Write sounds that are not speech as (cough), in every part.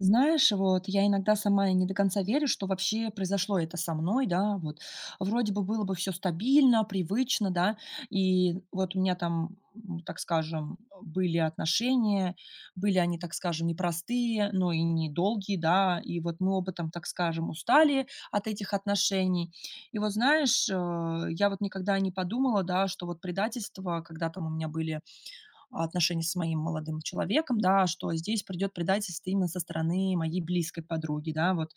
Знаешь, вот я иногда сама и не до конца верю, что вообще произошло это со мной, да, вот. Вроде бы было бы все стабильно, привычно, да, и вот у меня там, так скажем, были отношения, были они, так скажем, непростые, но и недолгие, да, и вот мы оба там, так скажем, устали от этих отношений. И вот знаешь, я вот никогда не подумала, да, что вот предательство, когда там у меня были отношения с моим молодым человеком, да, что здесь придет предательство именно со стороны моей близкой подруги, да, вот.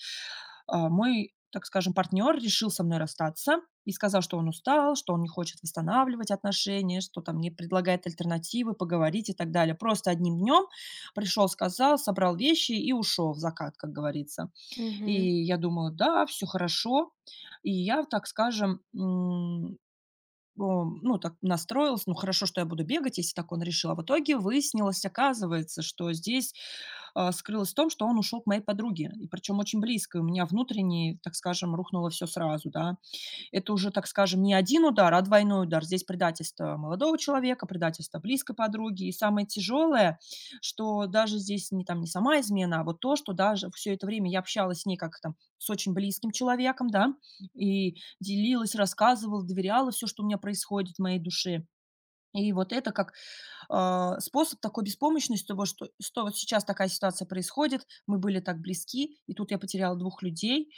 Мой, так скажем, партнер решил со мной расстаться и сказал, что он устал, что он не хочет восстанавливать отношения, что там не предлагает альтернативы, поговорить и так далее. Просто одним днем пришел, сказал, собрал вещи и ушел в закат, как говорится. Мгм. И я думала, да, все хорошо. И я, так скажем, ну, так настроилась, ну, хорошо, что я буду бегать, если так он решил. А в итоге выяснилось, оказывается, что здесь, скрылось в том, что он ушел к моей подруге, и причем очень близко. И у меня внутренне, так скажем, рухнуло все сразу, да. Это уже, так скажем, не один удар, а двойной удар. Здесь предательство молодого человека, предательство близкой подруги. И самое тяжелое, что даже здесь не там не сама измена, а вот то, что даже все это время я общалась с ней как там с очень близким человеком, да, и делилась, рассказывала, доверяла все, что у меня происходит в моей душе. И вот это как, способ такой беспомощности, того, что вот сейчас такая ситуация происходит, мы были так близки, и тут я потеряла двух людей.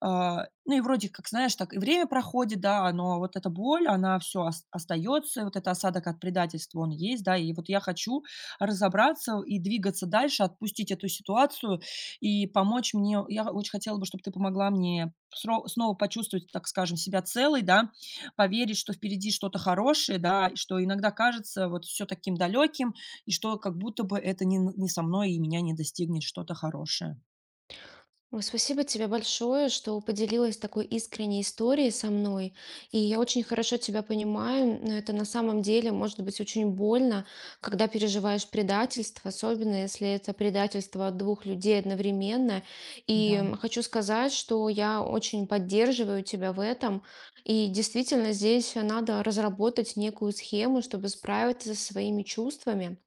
Ну и вроде как, знаешь, так и время проходит, да, но вот эта боль, она все остается, вот этот осадок от предательства, он есть, да. И вот я хочу разобраться и двигаться дальше, отпустить эту ситуацию и помочь мне. Я очень хотела бы, чтобы ты помогла мне сро снова почувствовать, так скажем, себя целой, да, поверить, что впереди что-то хорошее, да, и что иногда кажется вот все таким далеким, и что как будто бы это не со мной и меня не достигнет что-то хорошее. Ой, спасибо тебе большое, что поделилась такой искренней историей со мной. И я очень хорошо тебя понимаю. Это на самом деле может быть очень больно, когда переживаешь предательство, особенно если это предательство от двух людей одновременно. Да. Хочу сказать, что я очень поддерживаю тебя в этом. И действительно, здесь надо разработать некую схему, чтобы справиться со своими чувствами.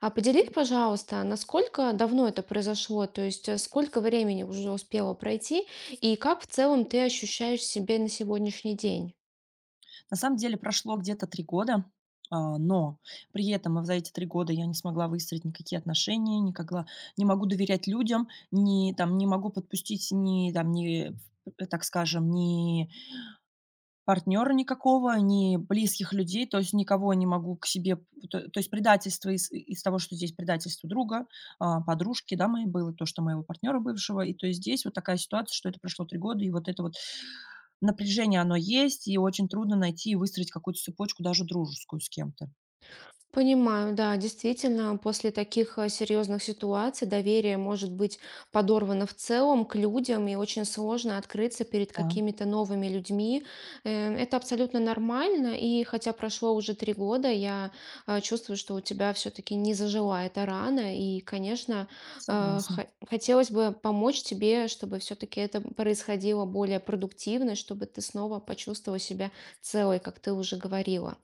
А поделись, пожалуйста, насколько давно это произошло? То есть, сколько времени уже успело пройти? И как в целом ты ощущаешь себя на сегодняшний день? На самом деле прошло где-то 3 года, но при этом и за эти 3 года я не смогла выстроить никакие отношения, не могу доверять людям, не там не могу подпустить ни там, ни, так скажем, ни партнера никакого, ни близких людей, то есть никого не могу к себе п то есть предательство из того, что здесь предательство друга, подружки, да, моей было, то, что моего партнера бывшего. И то есть здесь вот такая ситуация, что это прошло 3 года, и вот это вот напряжение, оно есть, и очень трудно найти и выстроить какую-то цепочку даже дружескую с кем-то. Понимаю, да, действительно, после таких серьезных ситуаций доверие может быть подорвано в целом к людям, и очень сложно открыться перед Да, какими-то новыми людьми. Это абсолютно нормально, и хотя прошло уже три года, я чувствую, что у тебя все-таки не зажила эта рана, и, конечно, согласна. Хотелось бы помочь тебе, чтобы все-таки это происходило более продуктивно, чтобы ты снова почувствовала себя целой, как ты уже говорила.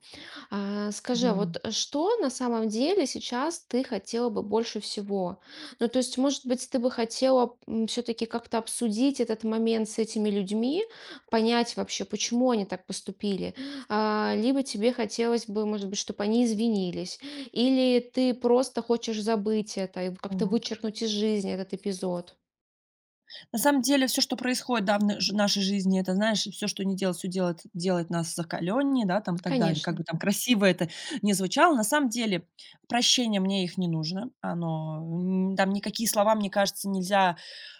А, скажи, Да, а вот, что на самом деле сейчас ты хотела бы больше всего? Ну, то есть, может быть, ты бы хотела, все таки как-то обсудить этот момент с этими людьми, понять вообще, почему они так поступили. А, либо тебе хотелось бы, может быть, чтобы они извинились, или ты просто хочешь забыть это и как-то так. вычеркнуть из жизни этот эпизод? На самом деле все, что происходит, да, в на жи нашей жизни, это, знаешь, все, что не делать, все делает нас закаленнее, да, там и так далее. Как Конечно. бы там красиво это не звучало, на самом деле прощение, мне их не нужно. Оно, там никакие слова, мне кажется, нельзя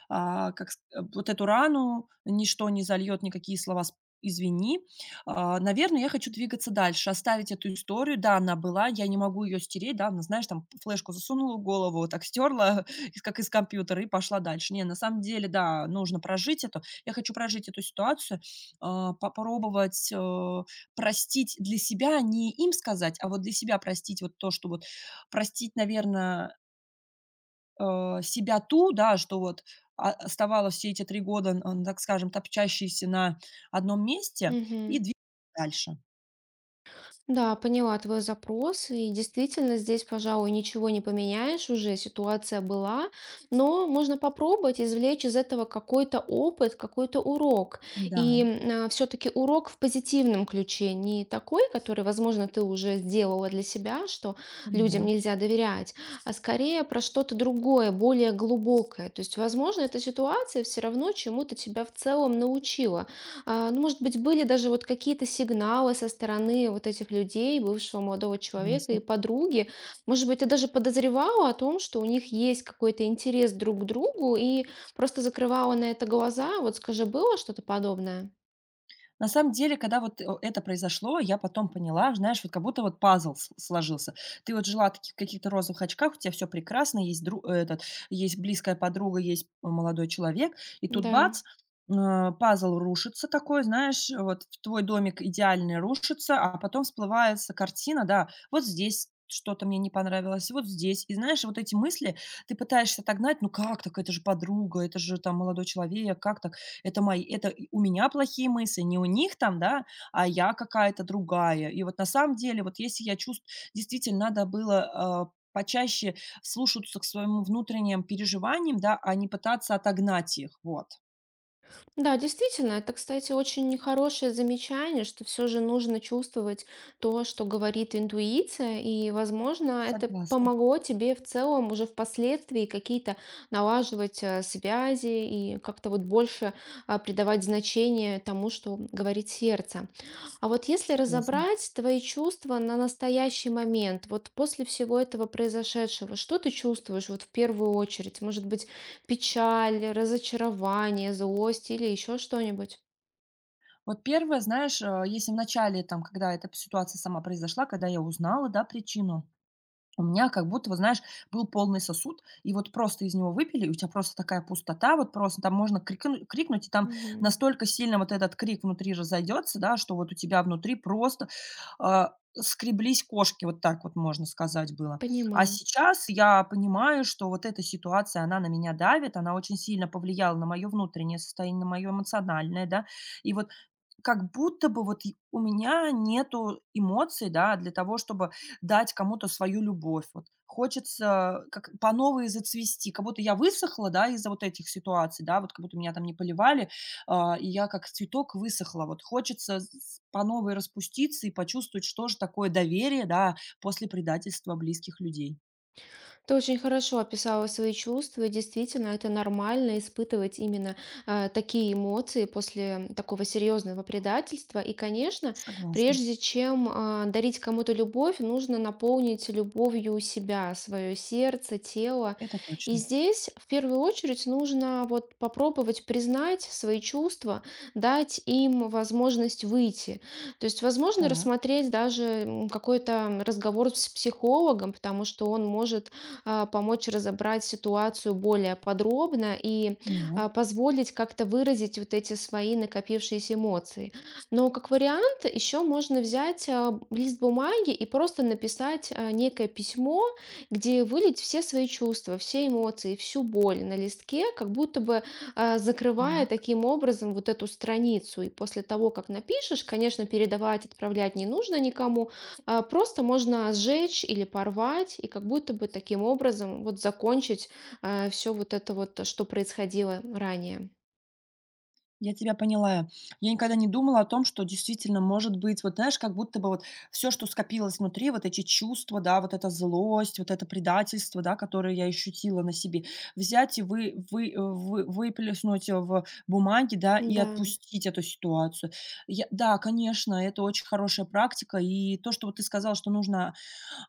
а, как ск вот эту рану ничто не зальет, никакие слова с "извини". Наверное, я хочу двигаться дальше, оставить эту историю. Да, она была, я не могу ее стереть, да, она, знаешь, там флешку засунула в голову, вот так стерла, (laughs) из компьютера, и пошла дальше. Не, на самом деле, да, нужно прожить это. Я хочу прожить эту ситуацию, попробовать, простить для себя, не им сказать, а вот для себя простить вот то, что вот простить, наверное себя ту, да, что вот оставалась все эти 3 года, н так скажем, топчащейся на одном месте и Мгм. двигалась дальше. Да, поняла твой запрос, и действительно здесь, пожалуй, ничего не поменяешь уже, ситуация была, но можно попробовать извлечь из этого какой-то опыт, какой-то урок. Да, И все-таки урок в позитивном ключе, не такой, который, возможно, ты уже сделала для себя, что людям поняла, нельзя доверять, а скорее про что-то другое, более глубокое. То есть, возможно, эта ситуация все равно чему-то тебя в целом научила. А, ну, может быть, были даже вот какие-то сигналы со стороны вот этих людей, бывшего молодого человека согласна. и подруги. Может быть, ты даже подозревала о том, что у них есть какой-то интерес друг к другу и просто закрывала на это глаза. Вот скажи, было что-то подобное? На самом деле, когда вот, это произошло, я потом поняла, знаешь, вот как будто вот пазл с сложился. Ты вот жила таки в каких-то розовых очках, у тебя все прекрасно, есть друг, этот, есть близкая подруга, есть молодой человек, и тут Да. бац, пазл рушится такой, знаешь, вот твой домик идеальный рушится, а потом всплывается картина, да, вот здесь что-то мне не понравилось, вот здесь. И знаешь, вот эти мысли ты пытаешься отогнать: "Ну как так? Это же подруга, это же там молодой человек, как так?" Это мои это и у меня плохие мысли, не у них там, да, а я какая-то другая. И вот на самом деле, вот если я чувствую, действительно, надо было, почаще слушаться к своему внутренним переживаниям, да, а не пытаться отогнать их. Вот. Да, действительно, это, кстати, очень хорошее замечание, что все же нужно чувствовать то, что говорит интуиция, и, возможно, это Согласна, помогло тебе в целом уже впоследствии какие-то налаживать связи и как-то вот больше придавать значение тому, что говорит сердце. А вот если согласна. разобрать твои чувства на настоящий момент, вот после всего этого произошедшего, что ты чувствуешь вот в первую очередь? Может быть, печаль, разочарование, злость или еще что-нибудь? Вот первое, знаешь, если в начале, там, когда эта ситуация сама произошла, когда я узнала, да, причину, у меня как будто, вот знаешь, был полный сосуд, и вот просто из него выпили, и у тебя просто такая пустота, вот просто там можно крикнуть, и там Мгм. настолько сильно вот этот крик внутри разойдется, да, что вот у тебя внутри просто скреблись кошки, вот так вот можно сказать было. А Понимаю. сейчас я понимаю, что вот эта ситуация, она на меня давит, она очень сильно повлияла на мое внутреннее состояние, на мое эмоциональное, да, и вот как будто бы вот и у меня нету эмоций, да, для того, чтобы дать кому-то свою любовь. Вот хочется как по новой зацвести, как будто я высохла, да, из-за вот этих ситуаций, да, вот как будто меня там не поливали, и я как цветок высохла. Вот хочется по новой распуститься и почувствовать, что же такое доверие, да, после предательства близких людей. Ты очень хорошо описала свои чувства, и действительно, это нормально испытывать именно такие эмоции после такого серьезного предательства. И, конечно, Согласна, прежде чем дарить кому-то любовь, нужно наполнить любовью себя, свое сердце, тело. это И точно. здесь в первую очередь нужно вот попробовать признать свои чувства, дать им возможность выйти. То есть, возможно, Так, рассмотреть даже какой-то разговор с психологом, потому что он может помочь разобрать ситуацию более подробно и поняла. Позволить как-то выразить вот эти свои накопившиеся эмоции. Но как вариант еще можно взять лист бумаги и просто написать некое письмо, где вылить все свои чувства, все эмоции, всю боль на листке, как будто бы закрывая таким образом вот эту страницу. И после того, как напишешь, конечно, передавать, отправлять не нужно никому, просто можно сжечь или порвать, и как будто бы таким образом вот закончить все вот это вот, что происходило ранее. Я тебя поняла. Я никогда не думала о том, что действительно может быть, вот знаешь, как будто бы вот все, что скопилось внутри, вот эти чувства, да, вот эта злость, вот это предательство, да, которое я ощутила на себе, взять и вы выплеснуть в бумаге, да, и Да. отпустить эту ситуацию. Я да, конечно, это очень хорошая практика. И то, что вот ты сказала, что нужно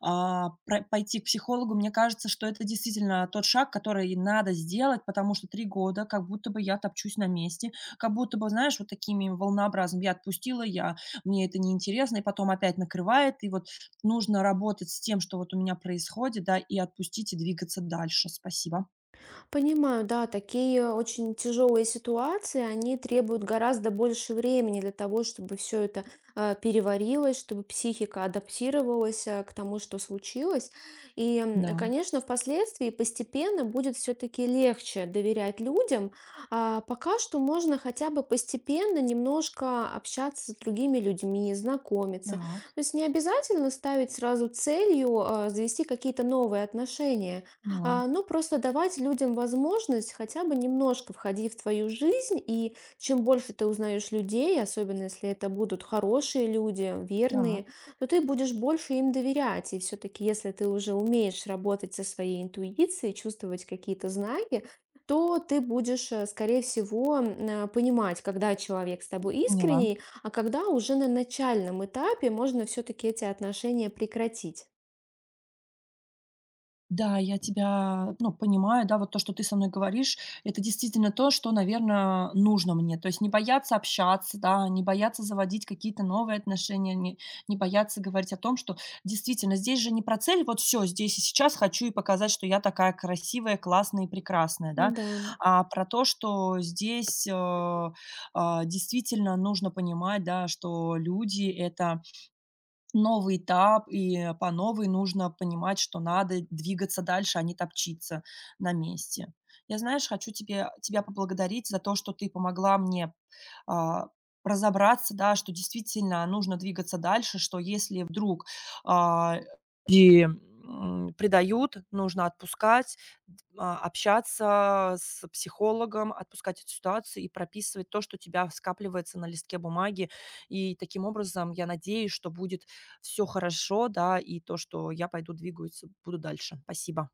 а, про пойти к психологу, мне кажется, что это действительно тот шаг, который надо сделать, потому что 3 года как будто бы я топчусь на месте, как будто бы, знаешь, вот такими волнообразными: я отпустила, я мне это неинтересно, и потом опять накрывает. И вот нужно работать с тем, что вот у меня происходит, да, и отпустить, и двигаться дальше. Спасибо. Понимаю, да, такие очень тяжелые ситуации, они требуют гораздо больше времени для того, чтобы все это переварилось, чтобы психика адаптировалась к тому, что случилось. И, Да, конечно, впоследствии постепенно будет все-таки легче доверять людям. А пока что можно хотя бы постепенно немножко общаться с другими людьми, знакомиться. То так, есть не обязательно ставить сразу целью завести какие-то новые отношения. поняла. А, ну, просто давать людям возможность хотя бы немножко входить в твою жизнь, и чем больше ты узнаешь людей, особенно если это будут хорошие люди, Так, верные, то ты будешь больше им доверять. И все-таки, если ты уже умеешь работать со своей интуицией, чувствовать какие-то знаки, то ты будешь, э, скорее всего, м, э, понимать, когда человек с тобой поняла. искренний, а когда уже на начальном этапе можно все-таки эти отношения прекратить. Да, я тебя, ну, понимаю, да, вот то, что ты со мной говоришь, это действительно то, что, наверное, нужно мне. То есть не бояться общаться, да, не бояться заводить какие-то новые отношения, не бояться говорить о том, что действительно здесь же не про цель, вот все, здесь и сейчас хочу и показать, что я такая красивая, классная и прекрасная, да, Да. а про то, что здесь действительно нужно понимать, да, что люди это новый этап, и по новой нужно понимать, что надо двигаться дальше, а не топчиться на месте. Я, знаешь, хочу тебе тебя поблагодарить за то, что ты помогла мне, а, разобраться, да, что действительно нужно двигаться дальше, что если вдруг, а, предают, нужно отпускать, общаться с психологом, отпускать эту ситуацию и прописывать то, что у тебя скапливается на листке бумаги. И таким образом, я надеюсь, что будет все хорошо, да, и то, что я пойду двигаюсь, буду дальше. Спасибо.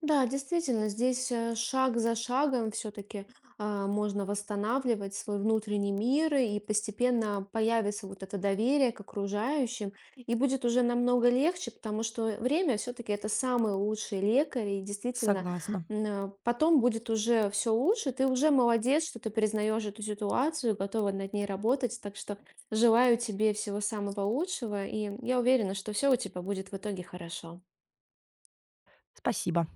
Да, действительно, здесь шаг за шагом все-таки можно восстанавливать свой внутренний мир, и постепенно появится вот это доверие к окружающим, и будет уже намного легче, потому что время все-таки это самый лучший лекарь, и действительно Согласна. Потом будет уже все лучше, ты уже молодец, что ты признаешь эту ситуацию, готова над ней работать, так что желаю тебе всего самого лучшего, и я уверена, что все у тебя будет в итоге хорошо. Спасибо.